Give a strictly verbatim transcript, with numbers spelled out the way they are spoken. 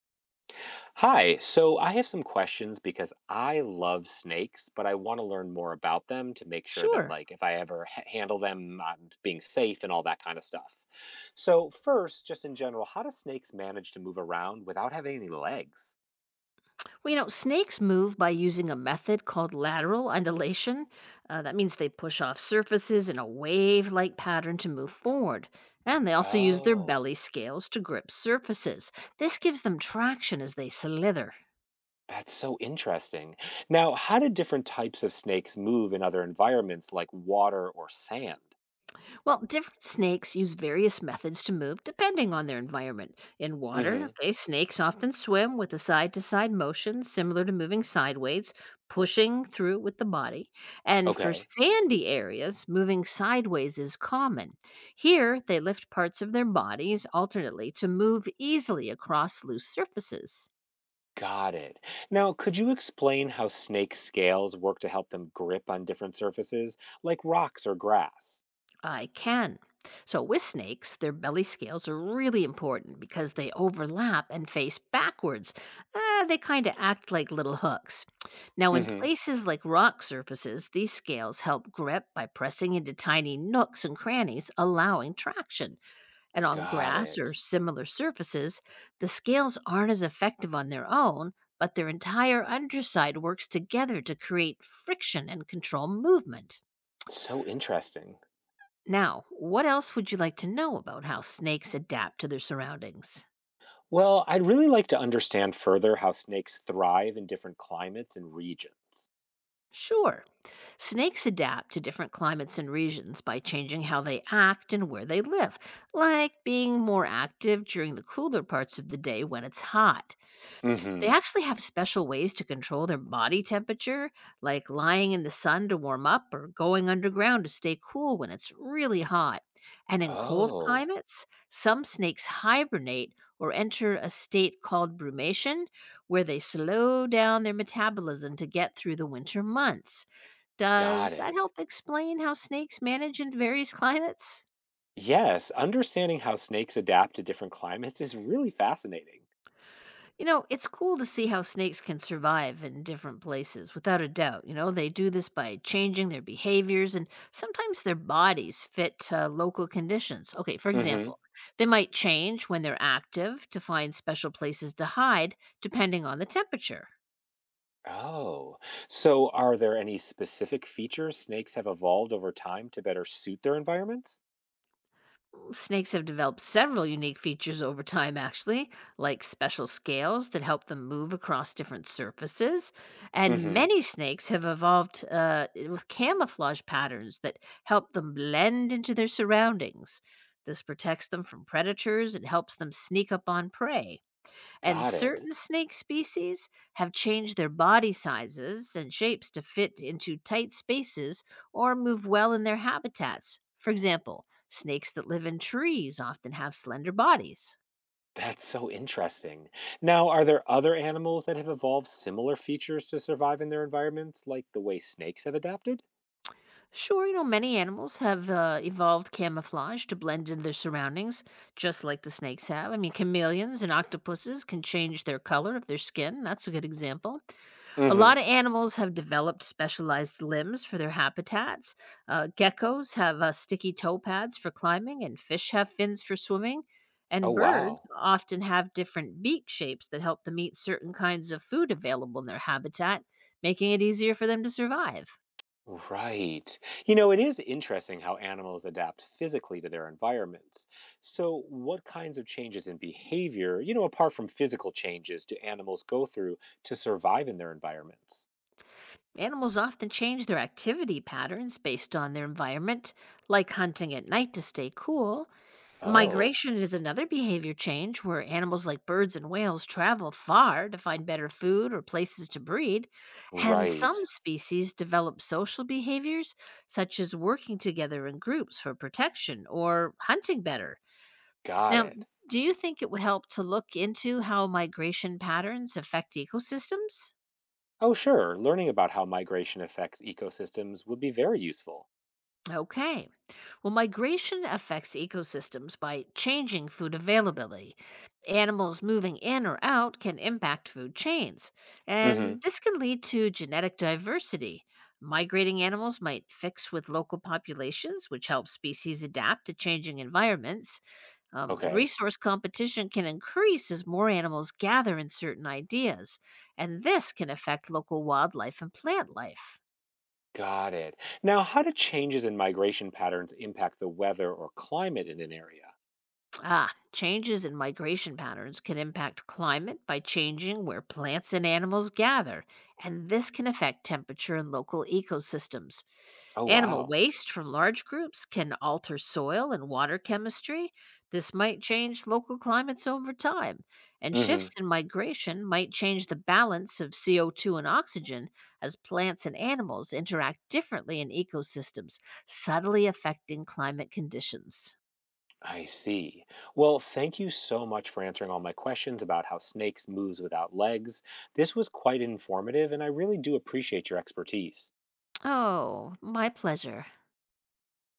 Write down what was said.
Hi, so I have some questions because I love snakes, but I want to learn more about them to make sure that, Sure. like, if I ever ha- handle them, I'm being safe and all that kind of stuff. So, first, just in general, how do snakes manage to move around without having any legs? Well, you know, snakes move by using a method called lateral undulation. Uh, that means they push off surfaces in a wave like pattern to move forward. And they also use their Oh, belly scales to grip surfaces. This gives them traction as they slither. that's so interesting. Now, how do different types of snakes move in other environments like water or sand? Well, different snakes use various methods to move depending on their environment. In Mm water, hmm. okay, snakes often swim with a side to side motion similar to moving sideways, pushing through with the body. And for Okay. sandy areas, moving sideways is common. Here, they lift parts of their bodies alternately to move easily across loose surfaces. Got it. Now, could you explain how snake scales work to help them grip on different surfaces, like rocks or grass? I can. So, with snakes, their belly scales are really important because they overlap and face backwards. Uh, they kind of act like little hooks. Now, in Hmm. places like rock surfaces, these scales help grip by pressing into tiny nooks and crannies, allowing traction. And on Got grass or it. similar surfaces, the scales aren't as effective on their own, but their entire underside works together to create friction and control movement. So interesting. Now, what else would you like to know about how snakes adapt to their surroundings? Well, I'd really like to understand further how snakes thrive in different climates and regions. Sure, snakes adapt to different climates and regions by changing how they act and where they live, like being more active during the cooler parts of the day when it's hot. They Hmm. actually have special ways to control their body temperature, like lying in the sun to warm up or going underground to stay cool when it's really hot. And in cold Oh, climates, some snakes hibernate or enter a state called brumation, where they slow down their metabolism to get through the winter months. got Does that it. help explain how snakes manage in various climates? Yes, understanding how snakes adapt to different climates is really fascinating. You know, it's cool to see how snakes can survive in different places, without a doubt. You know, they do this by changing their behaviors and sometimes their bodies fit uh, local conditions. Okay, for Hmm. example, they might change when they're active to find special places to hide, depending on the temperature. Oh, so are there any specific features snakes have evolved over time to better suit their environments? Snakes have developed several unique features over time, actually, like special scales that help them move across different surfaces. And Mm-hmm. many snakes have evolved uh, with camouflage patterns that help them blend into their surroundings. This protects them from predators and helps them sneak up on prey, and Got it. certain snake species have changed their body sizes and shapes to fit into tight spaces or move well in their habitats. For example, snakes that live in trees often have slender bodies. That's so interesting. Now, are there other animals that have evolved similar features to survive in their environments, like the way snakes have adapted? Sure, you know, many animals have uh, evolved camouflage to blend in their surroundings, just like the snakes have. I mean, chameleons and octopuses can change their color of their skin. That's a good example. A Mm-hmm. lot of animals have developed specialized limbs for their habitats. Uh, geckos have uh, sticky toe pads for climbing, and fish have fins for swimming. Oh, And birds wow. often have different beak shapes that help them eat certain kinds of food available in their habitat, making it easier for them to survive. Right. You know, it is interesting how animals adapt physically to their environments. So, what kinds of changes in behavior, you know, apart from physical changes, do animals go through to survive in their environments? Animals often change their activity patterns based on their environment, like hunting at night to stay cool. Oh, Migration is another behavior change where animals like birds and whales travel far to find better food or places to breed, and some right. species develop social behaviors such as working together in groups for protection or hunting better. Got Now, it. do you think it would help to look into how migration patterns affect ecosystems? Oh, sure. Learning about how migration affects ecosystems would be very useful. Okay. Well, migration affects ecosystems by changing food availability. Animals moving in or out can impact food chains, Mm hmm. and this can lead to genetic diversity. Migrating animals might fix with local populations, which helps species adapt to changing environments. Um, and Okay. resource competition can increase as more animals gather in certain ideas, and this can affect local wildlife and plant life. Got it. Now, how do changes in migration patterns impact the weather or climate in an area? Ah, changes in migration patterns can impact climate by changing where plants and animals gather, and this can affect temperature and local ecosystems. Oh, Animal wow. waste from large groups can alter soil and water chemistry. This might change local climates over time, and Mm hmm. shifts in migration might change the balance of C O two and oxygen as plants and animals interact differently in ecosystems, subtly affecting climate conditions. I see. Well, thank you so much for answering all my questions about how snakes moves without legs. This was quite informative and I really do appreciate your expertise. Oh, my pleasure.